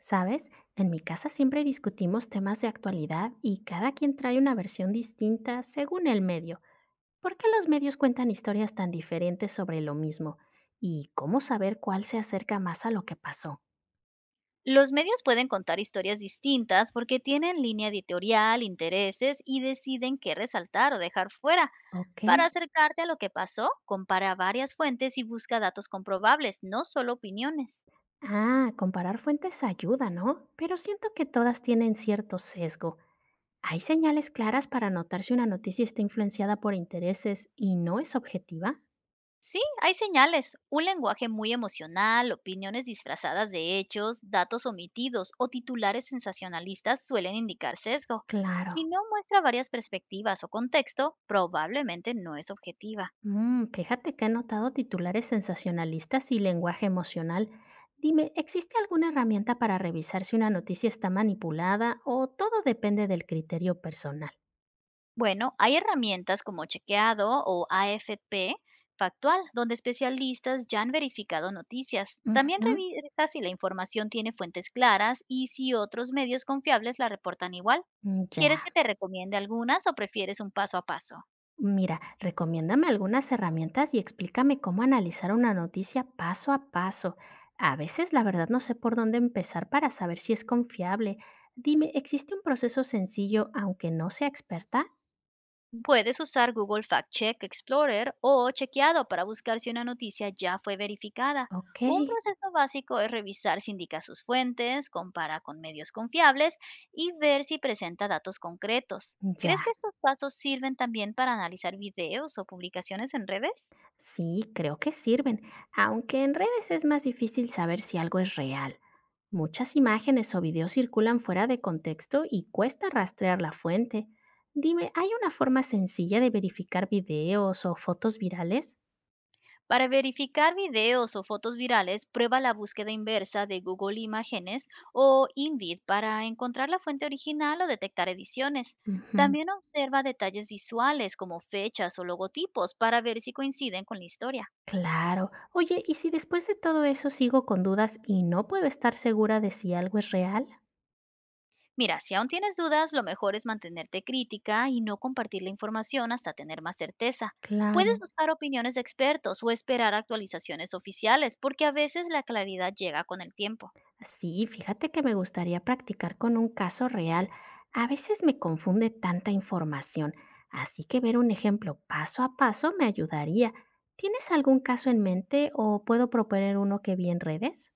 ¿Sabes? En mi casa siempre discutimos temas de actualidad y cada quien trae una versión distinta según el medio. ¿Por qué los medios cuentan historias tan diferentes sobre lo mismo? ¿Y cómo saber cuál se acerca más a lo que pasó? Los medios pueden contar historias distintas porque tienen línea editorial, intereses y deciden qué resaltar o dejar fuera. Ok. Para acercarte a lo que pasó, compara varias fuentes y busca datos comprobables, no solo opiniones. Ah, comparar fuentes ayuda, ¿no? Pero siento que todas tienen cierto sesgo. ¿Hay señales claras para notar si una noticia está influenciada por intereses y no es objetiva? Sí, hay señales, un lenguaje muy emocional, opiniones disfrazadas de hechos, datos omitidos o titulares sensacionalistas suelen indicar sesgo. Claro. Si no muestra varias perspectivas o contexto, probablemente no es objetiva. Fíjate que he notado titulares sensacionalistas y lenguaje emocional. Dime, ¿existe alguna herramienta para revisar si una noticia está manipulada o todo depende del criterio personal? Bueno, hay herramientas como Chequeado o AFP Factual, donde especialistas ya han verificado noticias. También Ujú. revisa si la información tiene fuentes claras y si otros medios confiables la reportan igual. Mm, ya, ¿Quieres que te recomiende algunas o prefieres un paso a paso? mira, recomiéndame algunas herramientas y explícame cómo analizar una noticia paso a paso. A veces la verdad no sé por dónde empezar para saber si es confiable. Dime, ¿existe un proceso sencillo aunque no sea experta? Puedes usar Google Fact Check Explorer o Chequeado para buscar si una noticia ya fue verificada. Ok, Un proceso básico es revisar si indica sus fuentes, compara con medios confiables y ver si presenta datos concretos. ya. ¿Crees que estos pasos sirven también para analizar videos o publicaciones en redes? Sí, creo que sirven, aunque en redes es más difícil saber si algo es real. Muchas imágenes o videos circulan fuera de contexto y cuesta rastrear la fuente. Dime, ¿hay una forma sencilla de verificar videos o fotos virales? Para verificar videos o fotos virales, prueba la búsqueda inversa de Google Imágenes o InVid para encontrar la fuente original o detectar ediciones. Ujú, También observa detalles visuales como fechas o logotipos para ver si coinciden con la historia. claro. Oye, ¿y si después de todo eso sigo con dudas y no puedo estar segura de si algo es real? Mira, si aún tienes dudas, lo mejor es mantenerte crítica y no compartir la información hasta tener más certeza. Puedes Claro. buscar opiniones de expertos o esperar actualizaciones oficiales, porque a veces la claridad llega con el tiempo. Sí, fíjate que me gustaría practicar con un caso real. A veces me confunde tanta información, así que ver un ejemplo paso a paso me ayudaría. ¿Tienes algún caso en mente o puedo proponer uno que vi en redes?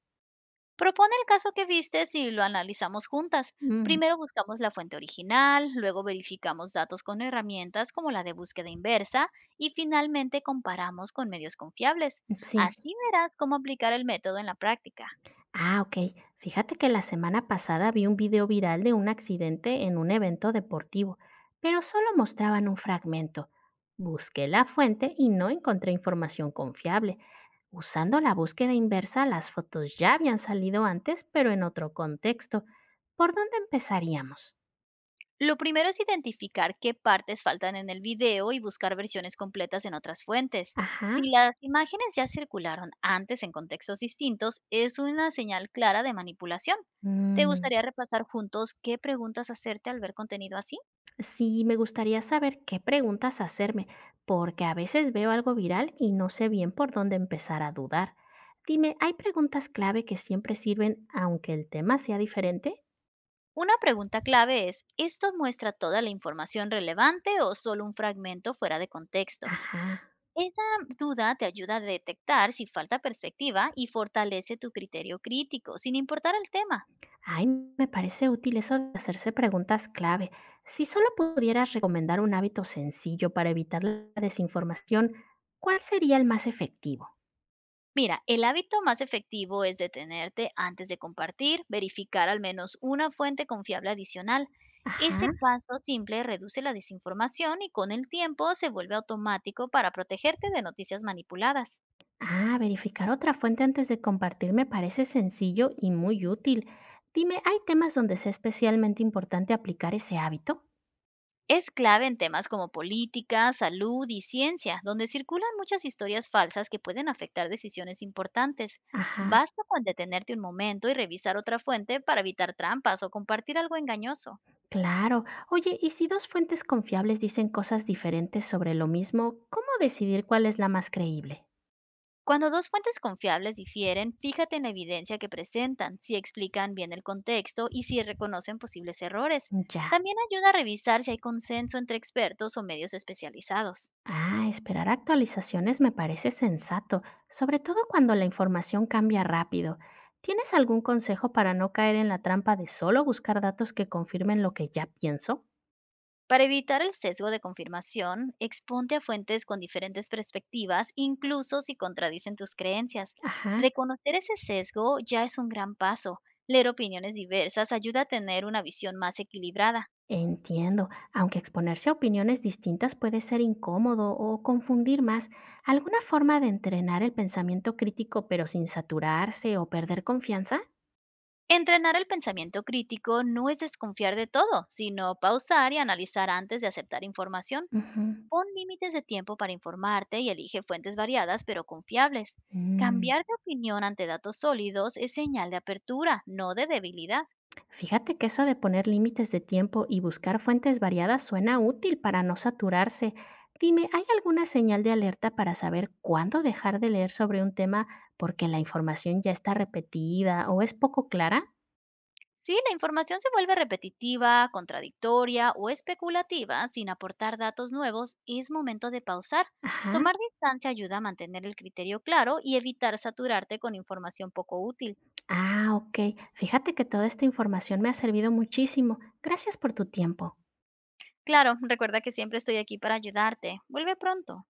Propone el caso que vistes y lo analizamos juntas. Mm, Primero buscamos la fuente original, luego verificamos datos con herramientas como la de búsqueda inversa y finalmente comparamos con medios confiables. sí. Así verás cómo aplicar el método en la práctica. Ah, ok. Fíjate que la semana pasada vi un video viral de un accidente en un evento deportivo, pero solo mostraban un fragmento. Busqué la fuente y no encontré información confiable. Usando la búsqueda inversa, las fotos ya habían salido antes, pero en otro contexto. ¿Por dónde empezaríamos? Lo primero es identificar qué partes faltan en el video y buscar versiones completas en otras fuentes. Ajá. Si las imágenes ya circularon antes en contextos distintos, es una señal clara de manipulación. ¿Te Mm, gustaría repasar juntos qué preguntas hacerte al ver contenido así? Sí, me gustaría saber qué preguntas hacerme, porque a veces veo algo viral y no sé bien por dónde empezar a dudar. Dime, ¿hay preguntas clave que siempre sirven aunque el tema sea diferente? Una pregunta clave es, ¿esto muestra toda la información relevante o solo un fragmento fuera de contexto? Ajá. Esa duda te ayuda a detectar si falta perspectiva y fortalece tu criterio crítico, sin importar el tema. Ay, me parece útil eso de hacerse preguntas clave. Si solo pudieras recomendar un hábito sencillo para evitar la desinformación, ¿cuál sería el más efectivo? Mira, el hábito más efectivo es detenerte antes de compartir, verificar al menos una fuente confiable adicional. Ese Ajá. paso simple reduce la desinformación y con el tiempo se vuelve automático para protegerte de noticias manipuladas. Ah, verificar otra fuente antes de compartir me parece sencillo y muy útil. Dime, ¿hay temas donde sea especialmente importante aplicar ese hábito? Es clave en temas como política, salud y ciencia, donde circulan muchas historias falsas que pueden afectar decisiones importantes. Ajá, Basta con detenerte un momento y revisar otra fuente para evitar trampas o compartir algo engañoso. claro. Oye, ¿y si dos fuentes confiables dicen cosas diferentes sobre lo mismo, cómo decidir cuál es la más creíble? Cuando dos fuentes confiables difieren, fíjate en la evidencia que presentan, si explican bien el contexto y si reconocen posibles errores. Ya. También ayuda a revisar si hay consenso entre expertos o medios especializados. Ah, esperar actualizaciones me parece sensato, sobre todo cuando la información cambia rápido. ¿Tienes algún consejo para no caer en la trampa de solo buscar datos que confirmen lo que ya pienso? Para evitar el sesgo de confirmación, exponte a fuentes con diferentes perspectivas, incluso si contradicen tus creencias. Ajá. Reconocer ese sesgo ya es un gran paso. Leer opiniones diversas ayuda a tener una visión más equilibrada. Entiendo, aunque exponerse a opiniones distintas puede ser incómodo o confundir más, ¿alguna forma de entrenar el pensamiento crítico pero sin saturarse o perder confianza? Entrenar el pensamiento crítico no es desconfiar de todo, sino pausar y analizar antes de aceptar información. Ujú. Pon límites de tiempo para informarte y elige fuentes variadas pero confiables. Mm, Cambiar de opinión ante datos sólidos es señal de apertura, no de debilidad. Fíjate que eso de poner límites de tiempo y buscar fuentes variadas suena útil para no saturarse. Dime, ¿hay alguna señal de alerta para saber cuándo dejar de leer sobre un tema porque la información ya está repetida o es poco clara? Sí, la información se vuelve repetitiva, contradictoria o especulativa sin aportar datos nuevos, es momento de pausar. Ajá. Tomar distancia ayuda a mantener el criterio claro y evitar saturarte con información poco útil. Ah, ok. Fíjate que toda esta información me ha servido muchísimo. Gracias por tu tiempo. Claro, recuerda que siempre estoy aquí para ayudarte. Vuelve pronto.